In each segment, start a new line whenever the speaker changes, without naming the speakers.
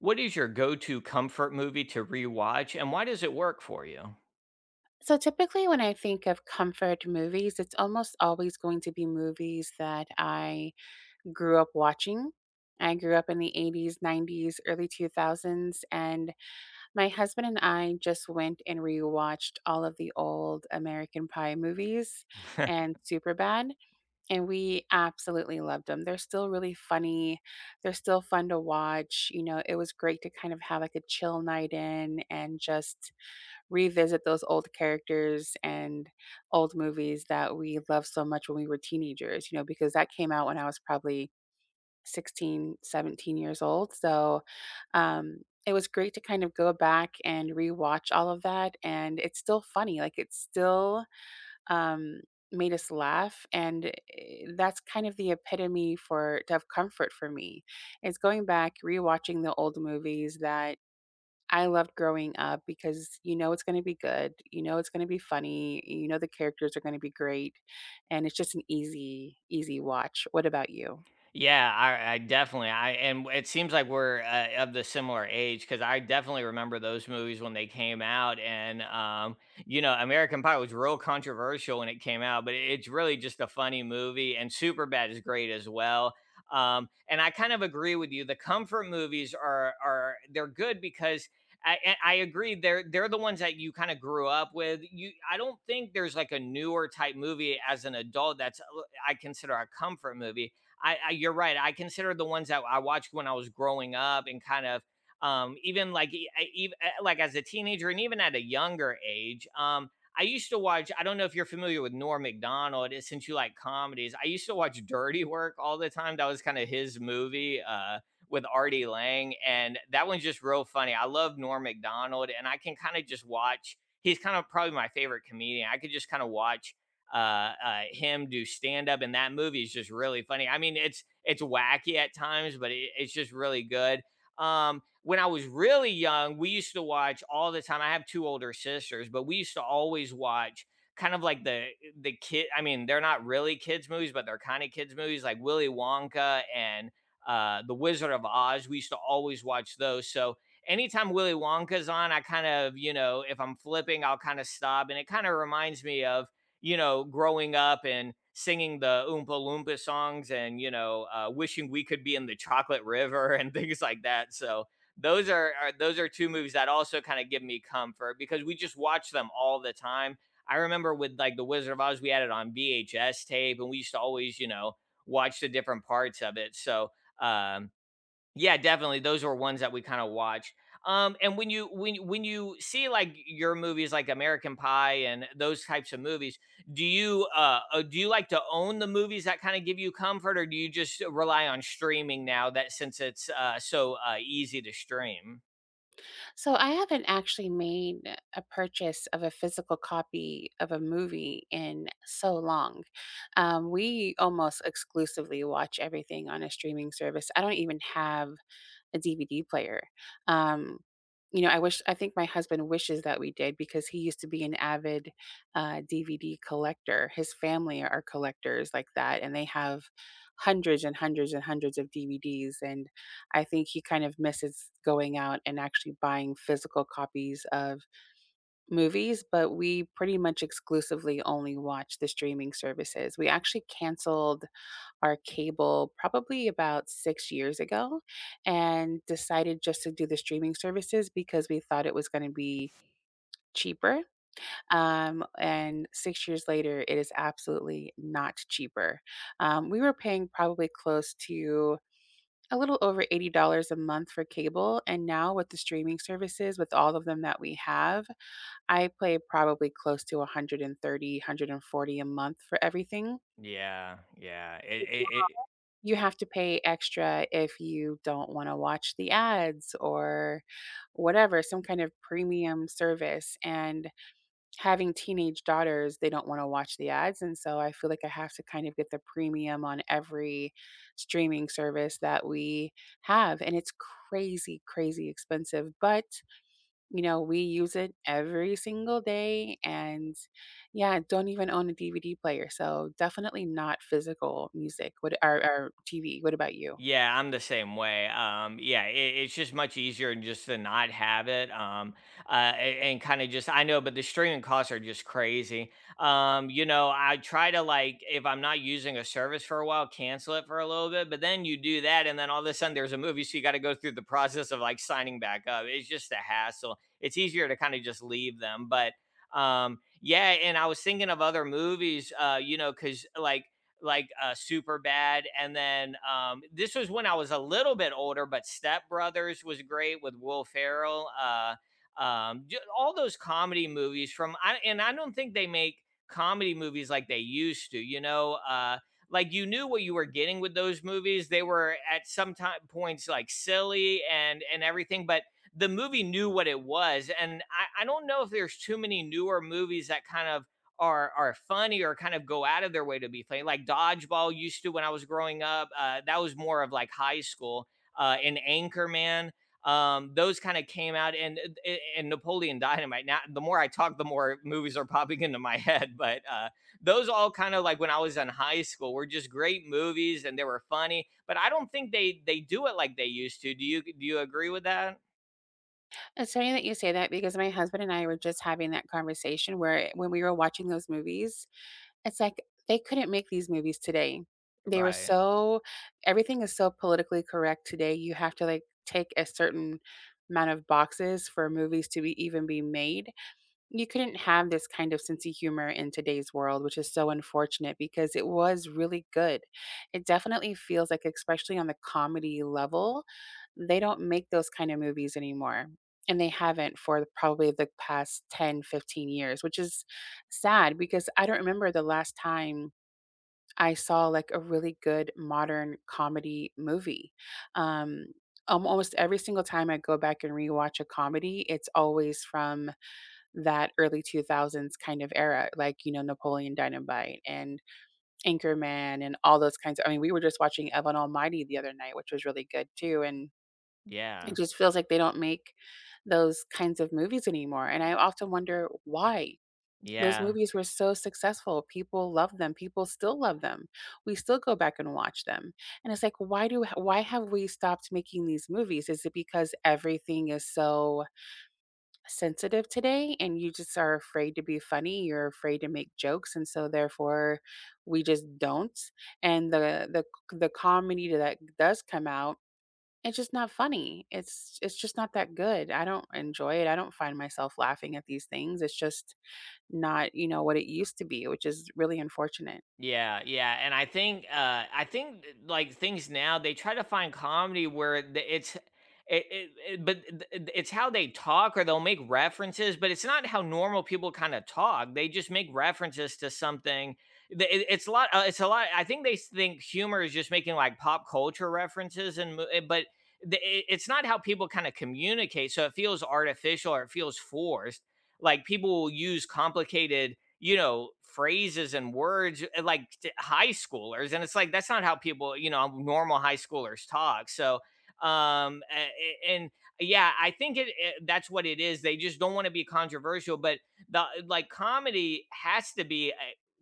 What is your go-to comfort movie to rewatch, and why does it work for you?
So typically, when I think of comfort movies, it's almost always going to be movies that I grew up watching. I grew up in the 80s, 90s, early 2000s, and my husband and I just went and rewatched all of the old American Pie movies and Superbad, and we absolutely loved them. They're still really funny. They're still fun to watch. You know, it was great to kind of have like a chill night in and just revisit those old characters and old movies that we loved so much when we were teenagers, you know, because that came out when I was probably 16, 17 years old. Um, it was great to kind of go back and rewatch all of that. And it's still funny. Like it's still um, made us laugh. That's kind of the epitome for to have comfort for me. It's going back, rewatching the old movies that I loved growing up because you know it's gonna be good, you know it's gonna be funny, you know the characters are gonna be great, and it's just an easy, easy watch. What about you?
Yeah, I definitely I and it seems like we're of the similar age because I definitely remember those movies when they came out, and you know, American Pie was real controversial when it came out, but it's really just a funny movie, and Superbad is great as well. And I kind of agree with you. The comfort movies are they're good because and I agree they're the ones that you kind of grew up with. You I don't think there's like a newer type movie as an adult that's I consider a comfort movie. I you're right. I consider the ones that I watched when I was growing up and kind of even like like as a teenager and even at a younger age. I used to watch. I don't know if you're familiar with Norm Macdonald. Since you like comedies, I used to watch Dirty Work all the time. That was kind of his movie with Artie Lang, and that one's just real funny. I love Norm Macdonald, and I can kind of just watch. He's kind of probably my favorite comedian. I could just kind of watch him do stand up, and that movie is just really funny. I mean, it's wacky at times, but it's just really good. When I was really young, we used to watch all the time. I have two older sisters, but we used to always watch kind of like the kid. I mean, they're not really kids movies, but they're kind of kids movies, like Willy Wonka and The Wizard of Oz. We used to always watch those. So anytime Willy Wonka's on, I kind of you know, if I'm flipping, I'll kind of stop, and it kind of reminds me of you know, growing up and singing the Oompa Loompa songs and, wishing we could be in the chocolate river and things like that. So are those are two movies that also kind of give me comfort because we just watch them all the time. I remember with like The Wizard of Oz, we had it on VHS tape and we used to always, you know, watch the different parts of it. So um, yeah, definitely. Those were ones that we kind of watched. And when you when you see like your movies like American Pie and those types of movies, do you like to own the movies that kind of give you comfort, or do you just rely on streaming now that since it's so easy to stream?
So I haven't actually made a purchase of a physical copy of a movie in so long. We almost exclusively watch everything on a streaming service. I don't even have a DVD player. Um, you know, I wish I think my husband wishes that we did because he used to be an avid DVD collector. His family are collectors like that, and they have hundreds and hundreds and hundreds of DVDs. And I think he kind of misses going out and actually buying physical copies of movies. But we pretty much exclusively only watch the streaming services. We actually canceled our cable probably about 6 years ago and decided just to do the streaming services because we thought it was gonna be cheaper, and 6 years later, it is absolutely not cheaper. We were paying probably close to a little over $80 a month for cable, and now with the streaming services, with all of them that we have, I pay probably close to 130, a month for everything.
Yeah, yeah. It
You have to pay extra if you don't wanna watch the ads or whatever, some kind of premium service, and having teenage daughters, they don't wanna watch the ads, and so I feel like I have to kind of get the premium on every streaming service that we have, and it's crazy, crazy expensive, but you know, we use it every single day and yeah, don't even own a DVD player. So definitely not physical music. What or TV. What about you?
Yeah, I'm the same way. Yeah, it's just much easier just to not have it. And, kind of just I know, but the streaming costs are just crazy. You know, I try to, like, if I'm not using a service for a while, cancel it for a little bit. But then you do that, and then all of a sudden there's a movie, so you got to go through the process of like signing back up. It's just a hassle. It's easier to kind of just leave them, but yeah. And I was thinking of other movies, you know, because like super bad. And then this was when I was a little bit older, but Step Brothers was great with Will Ferrell. Um, all those comedy movies from, and I don't think they make comedy movies like they used to, you know. Like you knew what you were getting with those movies. They were at some time points like silly and everything, but the movie knew what it was. And I don't know if there's too many newer movies that kind of are funny or kind of go out of their way to be funny. Like dodgeball used to when I was growing up. That was more of like high school. And Anchorman. Those kind of came out, and and Napoleon Dynamite. Now, the more I talk, the more movies are popping into my head. But those all kind of like when I was in high school were just great movies, and they were funny. But I don't think they do it like they used to. Do you agree with that?
It's funny that you say that because my husband and I were just having that conversation where when we were watching those movies, it's like they couldn't make these movies today. They were
Right.
so everything is so politically correct today. You have to like take a certain amount of boxes for movies to be even be made. You couldn't have this kind of sense of humor in today's world, which is so unfortunate because it was really good. It definitely feels like, especially on the comedy level, they don't make those kind of movies anymore. And they haven't for probably the past 10, 15 years, which is sad because I don't remember the last time I saw like a really good modern comedy movie. Um, Almost every single time I go back and rewatch a comedy, it's always from that early 2000s kind of era, like, you know, Napoleon Dynamite and Anchorman and all those kinds of. I mean, we were just watching Evan Almighty the other night, which was really good too, and
Yeah.
it just feels like they don't make those kinds of movies anymore, and I often wonder why. Those
Yeah.
movies were so successful, people love them, people still love them. We still go back and watch them, and it's like, why have we stopped making these movies? Is it because everything is so sensitive today and you just are afraid to be funny, you're afraid to make jokes, and so therefore we just don't, and the comedy that does come out, it's just not funny, it's just not that good. I don't enjoy it. I don't find myself laughing at these things. It's just not you know what it used to be, which is really unfortunate.
Yeah, yeah, and I think like things now they try to find comedy where it- it's, it but th- th- it's how they talk or they'll make references, but it's not how normal people kind of talk. They just make references to something. It's a lot. It's a lot. I think think humor is just making like pop culture references, and but it's not how people kind of communicate. So it feels artificial or it feels forced. Like people will use complicated you know, phrases and words like high schoolers. And it's like, that's not how people, you know, normal high schoolers talk. So, and yeah, I think it that's what it is. They just don't want to be controversial, but the like comedy has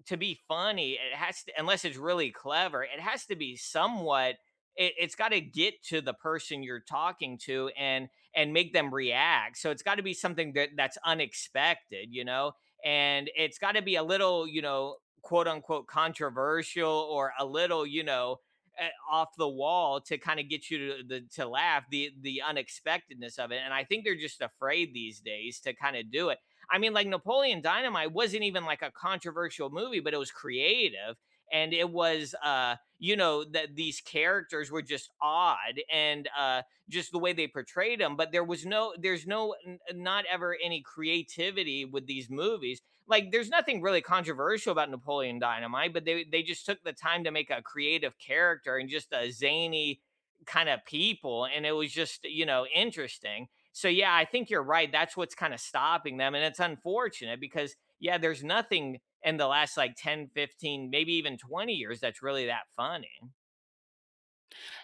to be funny, it has to, unless it's really clever, it has to be somewhat. It's got to get to the person you're talking to and make them react. So it's got to be something that that's unexpected, you know, and it's got to be a little, you know, quote unquote controversial or a little, you know, off the wall to kind of get you to the to laugh, the unexpectedness of it. And I think they're just afraid these days to kind of do it. I mean, like Napoleon Dynamite wasn't even like a controversial movie, but it was creative and it was you know, that these characters were just odd, and just the way they portrayed him. But there was no, there's no n- not ever any creativity with these movies, like there's nothing really controversial about Napoleon Dynamite, but they just took the time to make a creative character and just a zany kind of people, and it was just, you know, interesting. So yeah, I think you're right. That's what's kind of stopping them, and it's unfortunate because yeah, there's nothing in the last like 10, 15, maybe even 20 years that's really that funny.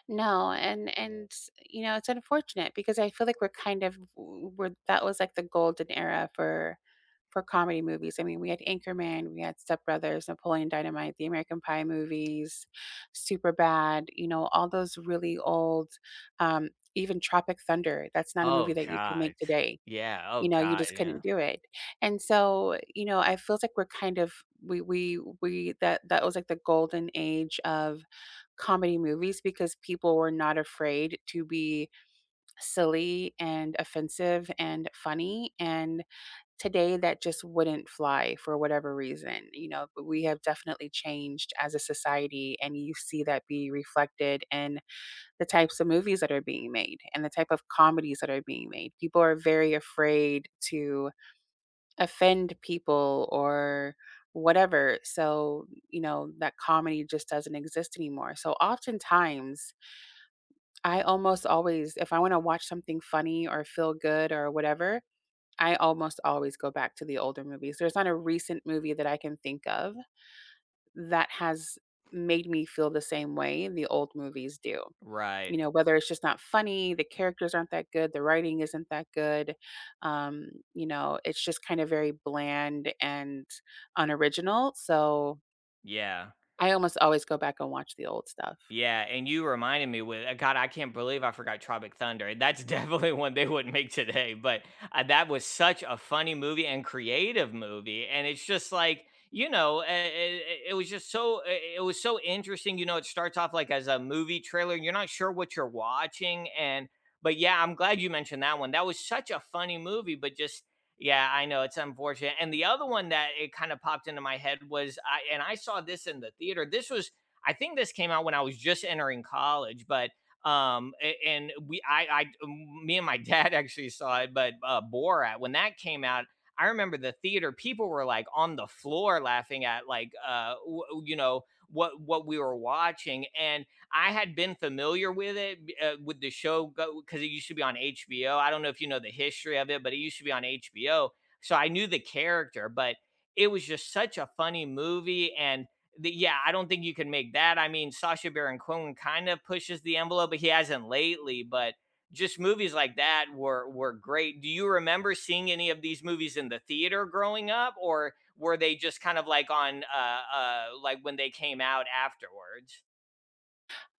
No, and you know, it's unfortunate because I feel like we're kind of w- we're that was like the golden era for comedy movies. I mean, we had Anchorman, we had Step Brothers, Napoleon Dynamite, the American Pie movies, Super Bad, you know, all those really old um even Tropic Thunder. That's not a movie
Oh
that you could
god,
make today.
yeah. Oh
You know, you
god,
just
yeah.
couldn't do it. And so, you know, I feels like we're kind of we that that was like the golden age of comedy movies because people were not afraid to be silly and offensive and funny, and today that just wouldn't fly for whatever reason. You know, but we have definitely changed as a society and you see that be reflected in the types of movies that are being made and the type of comedies that are being made. People are very afraid to offend people or whatever. So, you know, that comedy just doesn't exist anymore. So, oftentimes, I almost always, if I want to watch something funny or feel good or whatever, I almost always go back to the older movies. There's not a recent movie that I can think of that has made me feel the same way the old movies do. You
Right.
know, whether it's just not funny, the characters aren't that good, the writing isn't that good. You know, it's just kind of very bland and unoriginal. So
Yeah.
I almost always go back and watch the old stuff.
Yeah, and you reminded me with God, I can't believe I forgot Tropic Thunder. That's definitely one they wouldn't make today, but that was such a funny movie and creative movie, and it's just like, you know, it was just so, it was so interesting. You know, it starts off like as a movie trailer, and you're not sure what you're watching, and but yeah, I'm glad you mentioned that one. That was such a funny movie, but just yeah, I know it's unfortunate. And the other one that it kind of popped into my head was I and I saw this in the theater. This was I think this came out when I was just entering college, but um and we I me and my dad actually saw it, but Borat, when that came out. I remember the theater people were like on the floor laughing at like you know, what we were watching. And I had been familiar with it with the show because it used to be on HBO. I don't know if you know the history of it, but it used to be on HBO, so I knew the character. But it was just such a funny movie, and yeah, I don't think you can make that. I mean, Sacha Baron Cohen kind of pushes the envelope, but he hasn't lately. But just movies like that were great. Do you remember seeing any of these movies in the theater growing up, or were they just kind of like on like when they came out afterwards?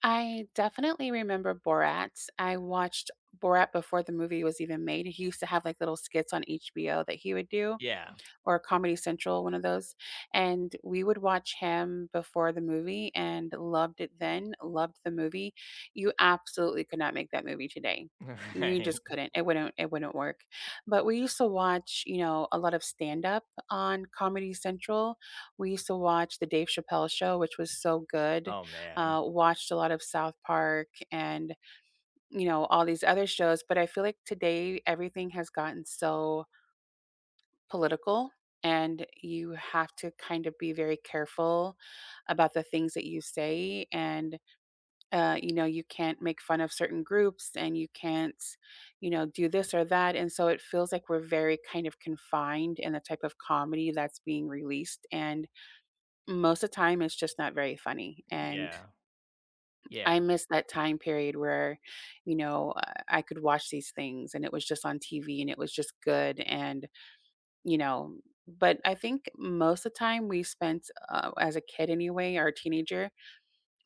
I definitely remember Borat. I watched Borat before the movie was even made. He used to have like little skits on HBO that he would do.
Yeah.
Or Comedy Central, one of those. And we would watch him before the movie and loved it then, loved the movie. You absolutely could not make that movie today. You
Right.
just couldn't. It wouldn't work. But we used to watch, you know, a lot of stand up on Comedy Central. We used to watch the Dave Chappelle show, which was so good.
Oh man.
Watched a lot of South Park and, you know, all these other shows. But I feel like today everything has gotten so political, and you have to kind of be very careful about the things that you say, and you know, you can't make fun of certain groups, and you can't, you know, do this or that, and so it feels like we're very kind of confined in the type of comedy that's being released, and most of the time it's just not very funny. And
Yeah. Yeah.
I miss that time period where you know, I could watch these things and it was just on TV and it was just good. And you know, but I think most of the time we spent, as a kid anyway, or a teenager,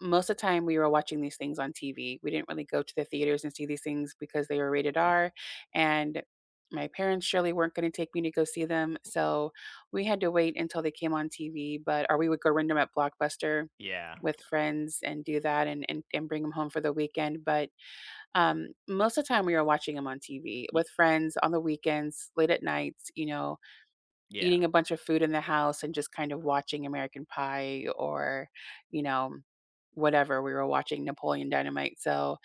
most of the time we were watching these things on TV. We didn't really go to the theaters and see these things because they were rated R, and my parents surely weren't gonna take me to go see them, so we had to wait until they came on TV, but or we would go rent them at Blockbuster
Yeah.
with friends and do that, and bring them home for the weekend. But, most of the time we were watching them on TV
Y-
with friends on the weekends, late at nights, you know,
Yeah.
eating a bunch of food in the house and just kind of watching American Pie or, you know, whatever. We were watching Napoleon Dynamite. So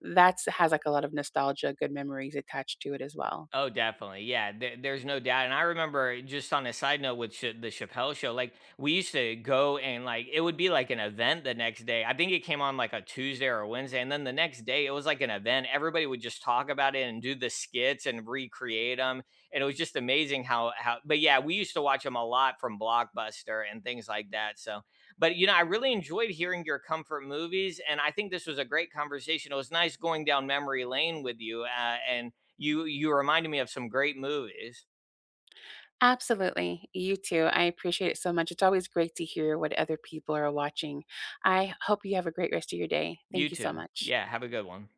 that's has like a lot of nostalgia, good memories attached to it as well.
Oh, definitely. Yeah, there's no doubt. And I remember just on a side note with the Chappelle show, like we used to go, and like it would be like an event the next day. I think it came on like a Tuesday or a Wednesday. And then the next day it was like an event. Everybody would just talk about it and do the skits and recreate them. And it was just amazing how, but yeah, we used to watch them a lot from Blockbuster and things like that. So, but you know, I really enjoyed hearing your comfort movies. And I think this was a great conversation. It was nice going down memory lane with you. And, you reminded me of some great movies.
Absolutely. You too. I appreciate it so much. It's always great to hear what other people are watching. I hope you have a great rest of your day.
You
Thank you so
too.
much.
Yeah, have a good one.